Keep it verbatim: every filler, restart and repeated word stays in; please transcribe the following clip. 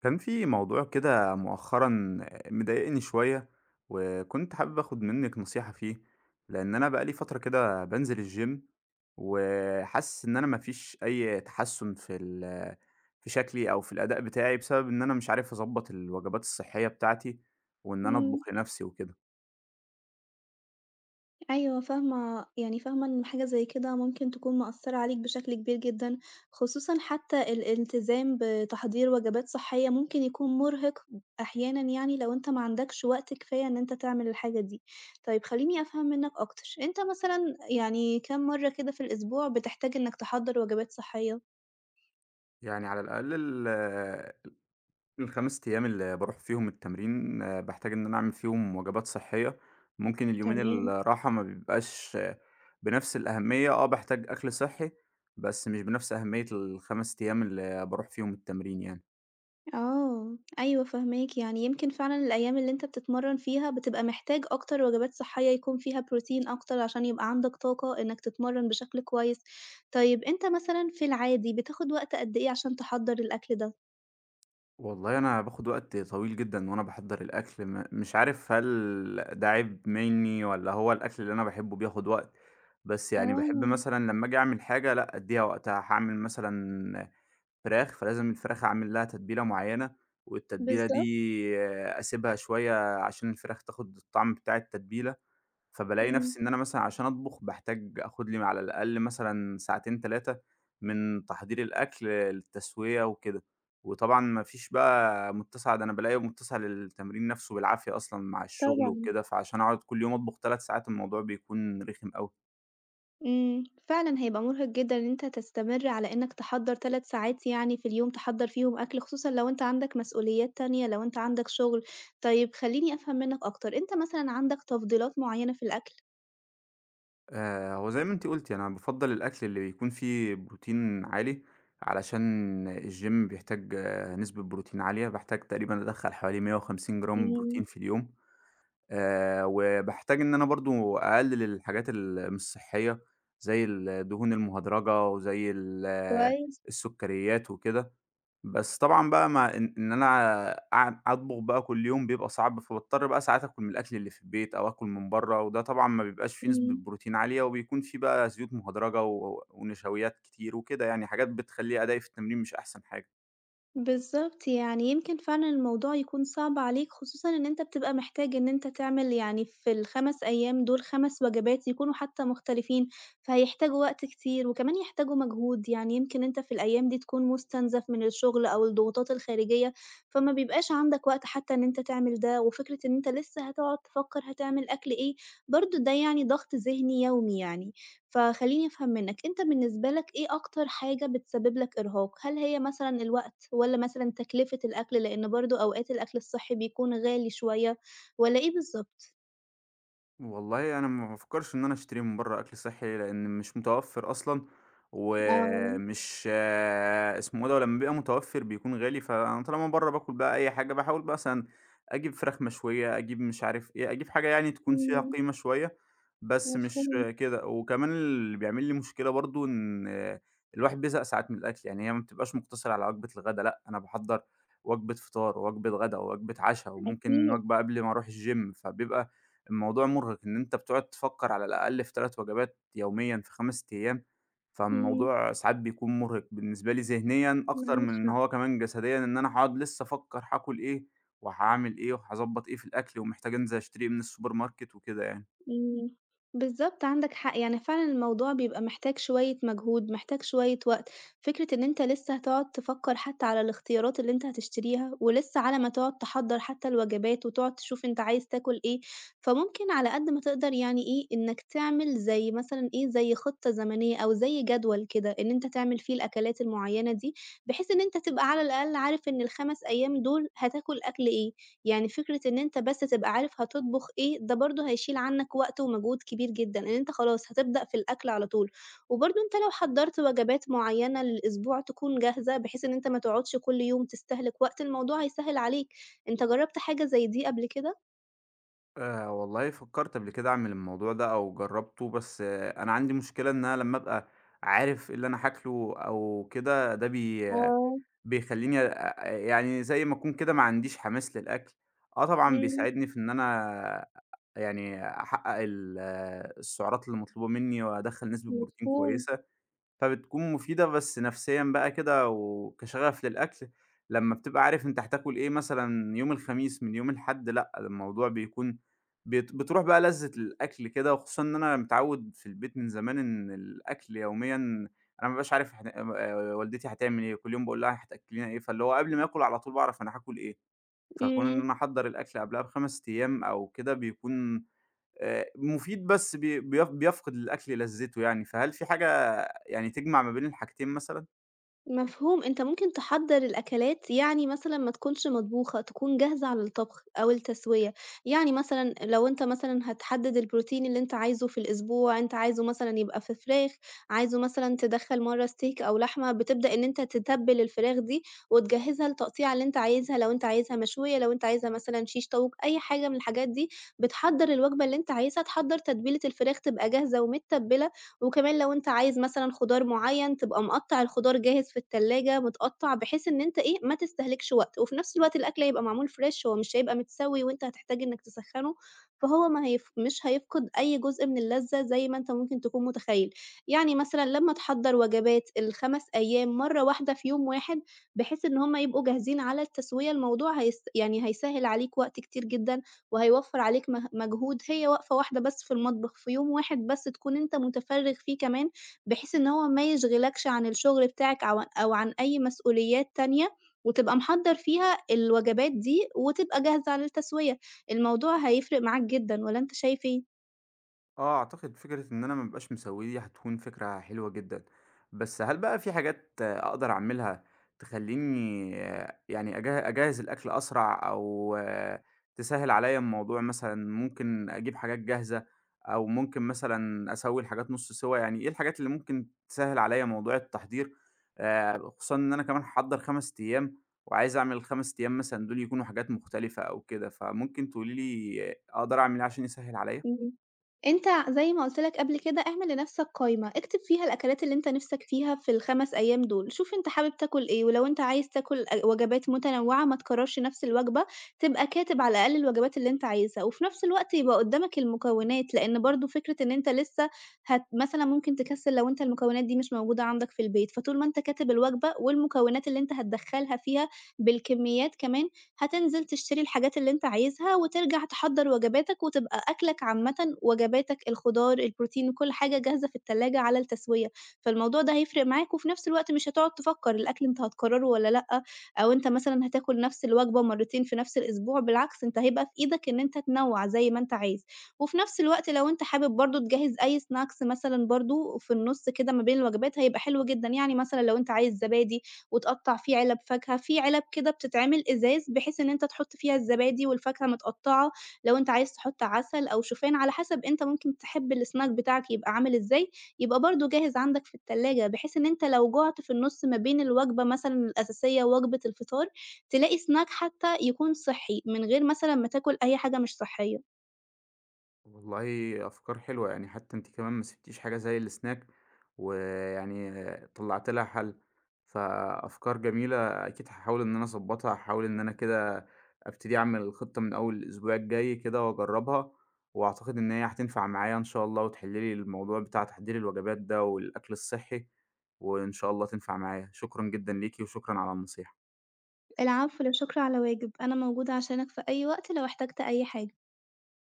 كان في موضوع كده مؤخرًا مضايقني شوية، وكنت حابب آخد منِّك نصيحة فيه، لإن أنا بقى لي فترة كده بانزل الgym وحاسس إن أنا ما فيش أي تحسُّن في ال في شكلي أو في الأداء بتاعي، بسبب إن أنا مش عارف أضبّط الوجبات الصحية بتاعتي، وإن أنا إمم، أطبخ لنفسي وكده. أيوه فاهمة، يعني فاهمة إن حاجة زي كده ممكن تكون مأثّرة عليك بشكل كبير جدًا، خصوصًا حتى الالتزام بتحضير وجبات صحية ممكن يكون مرهق أحيانًا يعني لو أنت ما عندكش وقت كفاية إن أنت تعمل الحاجة دي. طيب خلّيني أفهم منّك أكتر، أنت مثلًا يعني كام مرّة كده في الأسبوع بتحتاج إنّك تحضّر وجبات صحية؟ يعني على الأقل ال ال5 أيام اللي باروح فيهم التمرين آه، باحتاج إن أنا أعمل فيهم وجبات صحية، ممكن اليومين تمام. الراحة ما بيبقاش آه، بنفس الأهمية، آه باحتاج أكل صحي، بس مش بنفس أهمية الخمسة أيام اللي باروح فيهم التمرين يعني. آه، أيوه فاهماك، يعني يمكن فعلًا الأيام اللي أنت بتتمرّن فيها بتبقى محتاج أكتر وجبات صحّية يكون فيها بروتين أكتر عشان يبقى عندك طاقة إنك تتمرّن بشكل كويس. طيب أنت مثلًا في العادي بتاخد وقت قد إيه عشان تحضّر الأكل ده؟ والله أنا باخد وقت طويل جدًا وأنا باحضّر الأكل، م مش عارف هل ده عيب منّي والّا هو الأكل اللي أنا باحبه بياخد وقت، بس يعني آه، باحب مثلًا لمّا آجي أعمل حاجة لأ أدّيها وقتها، هاعمل مثلًا فراخ، فلازم الفراخ أعمل لها تتبيلة معيّنة، والتتبيلة دي بالضبط، آه، أسيبها شوية عشان الفراخ تاخد الطعم بتاع التتبيلة، فبالاقي إمم، نفسي إن أنا مثلًا عشان أطبخ باحتاج آخد لي على الأقل مثلًا ساعتين ثلاثة من تحضير الأكل للتسوية وكده، وطبعًا ما فيش بقى متّسع ده أنا بالاقي متّسع للتمرين نفسه بالعافية أصلًا مع الشغل طبعًا. وكده، فعشان أقعد كل يوم أطبخ 3 ساعات الموضوع بيكون رخم أوي. إمم، فعلًا هيبقى مرهق جدًا إن أنت تستمر على إنك تحضّر 3 ساعات يعني في اليوم تحضّر فيهم أكل، خصوصًا لو أنت عندك مسؤوليات تانية، لو أنت عندك شغل. طيب خلّيني أفهم منّك أكتر، أنت مثلًا عندك تفضيلات معيّنة في الأكل؟ آآ، هو زي ما أنتِ قُلتِ أنا بافضّل الأكل اللي بيكون فيه بروتين عالي، علشان الgym بيحتاج آه، نسبة بروتين عالية، باحتاج تقريبًا أدخّل حوالي 150 جرام بروتين إمم، في اليوم، آآ، وباحتاج إن أنا برضه أقلل الحاجات ال مش صحية، زي الدهون المهدرجة وزي ال كويس، السكريات وكده. بس طبعًا بقى مع إن إن أنا أع أطبخ بقى كل يوم بيبقى صعب، فباضطر بقى ساعات آكل من الأكل اللي في البيت أو آكل من برّه، وده طبعًا ما بيبقاش فيه نسبة إمم. بروتين عالية، وبيكون فيه بقى زيوت مهدرجة و ونشويات كتير وكده يعني، حاجات بتخلّي أدائي في التمرين مش أحسن حاجة. بالضبط، يعني يمكن فعلًا الموضوع يكون صعب عليك، خصوصًا إن أنت بتبقى محتاج إن أنت تعمل يعني في الخمس تيام دول 5 وجبات يكونوا حتى مختلفين، فهيحتاجوا وقت كتير وكمان يحتاجوا مجهود، يعني يمكن أنت في الأيام دي تكون مستنزف من الشغل أو الضغوطات الخارجية، فما بيبقاش عندك وقت حتى إن أنت تعمل ده، وفكرة إن أنت لسه هتقعد تفكر هتعمل أكل إيه، برضه ده يعني ضغط ذهني يومي يعني. فخلّيني أفهم منّك، أنت بالنسبة لك إيه أكتر حاجة بتسبب لك إرهاق؟ هل هي مثلًا الوقت والّا مثلًا تكلفة الأكل، لإن برضه أوقات الأكل الصحّي بيكون غالي شوية والّا إيه بالضبط؟ والله أنا ما بافكّرش إن أنا أشتري من برّه أكل صحّي، لإن مش متوفّر أصلًا، آه، ومش آه، اسمه إيه ده، ولمّا بيبقى متوفّر بيكون غالي، فأنا طالما برّه باكل بقى أي حاجة، باحاول مثلًا أجيب فراخ مشوية، أجيب مش عارف إيه، أجيب حاجة يعني تكون فيها إمم، قيمة شوية، بس مش مفهوم، آه، كده. وكمان اللي بيعمل لي مشكلة برضه إن آه، الواحد بيزهق ساعات من الأكل، يعني هي ما بتبقاش مقتصرة على وجبة الغدا، لأ، أنا باحضّر وجبة فطار، ووجبة غدا، ووجبة عشا، وممكن أكيد، وجبة قبل ما أروح الgym، فبيبقى الموضوع مرهق إن أنت بتقعد تفكّر على الأقل في 3 وجبات يوميًا في 5 أيام، إمم. فالموضوع ساعات بيكون مرهق بالنسبة لي ذهنيًا أكتر معاك من إن حق. هو كمان جسديًا، إن أنا هاقعد لسه أفكّر هاكل إيه، وهاعمل إيه، وهاضبّط إيه في الأكل، ومحتاج أنزل أشتري إيه من السوبر ماركت وكده يعني. إمم، بالضبط عندك حق، يعني فعلًا الموضوع بيبقى محتاج شوية مجهود، محتاج شوية وقت، فكرة إن أنت لسه هتقعد تفكّر حتى على الاختيارات اللي أنت هتشتريها، ولسه على ما تقعد تحضّر حتى الوجبات وتقعد تشوف أنت عايز تاكل إيه، فممكن على قد ما تقدر يعني إيه، إنك تعمل زي مثلًا إيه، زي خطة زمنية أو زي جدول كده، إن أنت تعمل فيه الأكلات المعيّنة دي بحيث إن أنت تبقى على الأقل عارف إن الخمس تيام دول هتاكل أكل إيه، يعني فكرة إن أنت بس تبقى عارف هتطبخ إيه، ده برضه هيشيل عنك وقت ومجهود كبير جدًا، إن أنت خلاص هتبدأ في الأكل على طول، وبرضه أنت لو حضّرت وجبات معيّنة للأسبوع تكون جاهزة، بحيث إن أنت ما تقعدش كل يوم تستهلك وقت، الموضوع هيسهّل عليك. أنت جرّبت حاجة زي دي قبل كده؟ آآ والله فكّرت قبل كده أعمل الموضوع ده أو جرّبته، بس آه أنا عندي مشكلة إن أنا لمّا أبقى عارف إيه اللي أنا هاكله أو كده ده بي آه. بيخلّيني أ أ- يعني زي ما أكون كده ما عنديش حماس للأكل، آه طبعًا إمم، بيساعدني في إن أنا يعني أحقق ال السعرات اللي مطلوبة منّي وأدخّل نسبة بروتين مفهوم، كويسة. فبتكون مفيدة بس نفسيًا بقى كده وكشغف للأكل، لمّا بتبقى عارف أنت هتاكل إيه مثلًا يوم الخميس من يوم الحد لأ، الموضوع بيكون بت بتروح بقى لذة الأكل كده، وخصوصًا إن أنا متعوّد في البيت من زمان إن الأكل يوميًا أنا ما بابقاش عارف هن آآ والدتي هتعمل إيه، كل يوم باقول لها هتأكلينا إيه، فاللي هو قبل ما آكل على طول باعرف أنا هاكل إيه، فكون إن إمم. أنا أحضّر الأكل قبلها بخمسة أيام أو كده بيكون آآ مفيد بس بي بيف بيفقد الأكل لذّته يعني، فهل في حاجة يعني تجمع ما بين الحاجتين مثلًا؟ مفهوم، أنت ممكن تحضّر الأكلات يعني مثلًا ما تكونش مطبوخة، تكون جاهزة على الطبخ أو التسوية، يعني مثلًا لو أنت مثلًا هتحدد البروتين اللي أنت عايزه في الأسبوع، أنت عايزه مثلًا يبقى في فراخ، عايزه مثلًا تدخّل مرّه steak أو لحمة، بتبدأ إن أنت تتبّل الفراخ دي وتجهّزها للتقطيعة اللي أنت عايزها، لو أنت عايزها مشوية، لو أنت عايزها مثلًا شيش طاووق، أي حاجة من الحاجات دي، بتحضّر الوجبة اللي أنت عايزها، تحضّر تتبيلة الفراخ تبقى جاهزة ومتّبلة، وكمان لو أنت عايز مثلًا خضار معيّن تبقى مقطّع الخضار جاهز في التلاجة متقطّع، بحيث إن أنت إيه، ما تستهلكش وقت، وفي نفس الوقت الأكل هيبقى معمول fresh هو مش هيبقى متسوي وأنت هتحتاج إنك تسخّنه، فهو ما هيف مش هيفقد أي جزء من اللذة زي ما أنت ممكن تكون متخيّل. يعني مثلًا لمّا تحضّر وجبات الخمسة أيام مرّة واحدة في يوم واحد، بحيث إن هم يبقوا جاهزين على التسوية، الموضوع هيس يعني هيسهّل عليك وقت كتير جدًا وهيوفّر عليك مه مجهود هي وقفة واحدة بس في المطبخ في يوم واحد بس تكون أنت متفرّغ فيه كمان، بحيث إن هو ما يشغلكش عن الشغل بتاعك أو أو عن أي مسؤوليات تانية، وتبقى محضّر فيها الوجبات دي وتبقى جاهزة للتسوية، الموضوع هيفرق معاك جدًا، والّا أنت شايف إيه؟ آه، أعتقد فكرة إن أنا ما ابقاش مسوّي دي هتكون فكرة حلوة جدًا، بس هل بقى في حاجات آه، أقدر أعملها تخلّيني آه، يعني أجه أجهّز الأكل أسرع أو آه، تسهّل عليّا الموضوع مثلًا، ممكن أجيب حاجات جاهزة أو ممكن مثلًا أسوّي الحاجات نُص سِوَى، يعني إيه الحاجات اللي ممكن تسهّل عليّا موضوع التحضير، آآ، خصوصًا إن أنا كمان هاحضّر 5 أيام وعايز أعمل الخمس أيام مثلًا دول يكونوا حاجات مختلفة أو كده، فممكن تقولي لي أقدر أعمل إيه عشان يسهّل عليّا؟ إمم. أنت زي ما قُلت لك قبل كده اعمل لنَفْسك قايمة، اكتب فيها الأكلات اللي أنت نِفْسك فيها في الخمسة أيام دول، شوف أنت حابب تاكل إيه، ولو أنت عايز تاكل أ وجبات متنوّعة ما تكرّرش نَفْس الوجبة، تبقى كاتب على الأقل الوجبات اللي أنت عايزها، وفي نَفْس الوقت يبقى قُدّامك المكونات، لإن برضه فكرة إن أنت لسه هت مثلًا ممكن تكسّل لو أنت المكونات دي مش موجودة عندك في البيت، فطول ما أنت كاتب الوجبة والمكونات اللي أنت هتدخّلها فيها بالكميات كمان هتنزل تشتري الحاجات اللي أنت عايزها وترجع تحضّر وجباتك وتبقى أكلك عامةً وجباتك، الخضار، البروتين، كل حاجة جاهزة في التلاجة على التسوية، فالموضوع ده هيفرق معاك وفي نفس الوقت مش هتقعد تفكّر الأكل أنت هتكرّره والّا لأ، أو أنت مثلًا هتاكل نفس الوجبة مرّتين في نفس الأسبوع، بالعكس أنت هيبقى في إيدك إن أنت تنوّع زي ما أنت عايز، وفي نفس الوقت لو أنت حابب برضه تجهّز أي snacks مثلًا برضه في النُص كده ما بين الوجبات هيبقى حلو جدًا، يعني مثلًا لو أنت عايز زبادي وتقطّع فيه علب فاكهة، في علب كده بتتعمل إزاز بحيث إن أنت تحُط فيها الزبادي والفاكهة متقطّعة، لو أنت عايز تحُط عسل أو شوفان على حسب أنت ممكن تحب الsnack بتاعك يبقى عامل إزاي، يبقى برضه جاهز عندك في التلاجة، بحيث إن أنت لو جُعت في النُص ما بين الوجبة مثلًا الأساسية ووجبة الفطار، تلاقي snack حتى يكون صحّي، من غير مثلًا ما تاكل أي حاجة مش صحّية. والله أفكار حلوة، يعني حتى أنتِ كمان ما سبتيش حاجة زي السناك، ويعني طلعتِ لها حل، فأفكار جميلة أكيد هاحاول إن أنا أضبّطها، هاحاول إن أنا كده أبتدي أعمل الخطة من أول الأسبوع الجاي كده وأجرّبها، وأعتقد إن هي هتنفع معايا إن شاء الله، وتحل لي الموضوع بتاع تحضير الوجبات ده والأكل الصحي، وإن شاء الله تنفع معايا. شكرًا جدًا ليكِ، وشكرًا على النصيحة. العفو، لا شكر على واجب، أنا موجودة عشانك في أي وقت لو احتجت أي حاجة.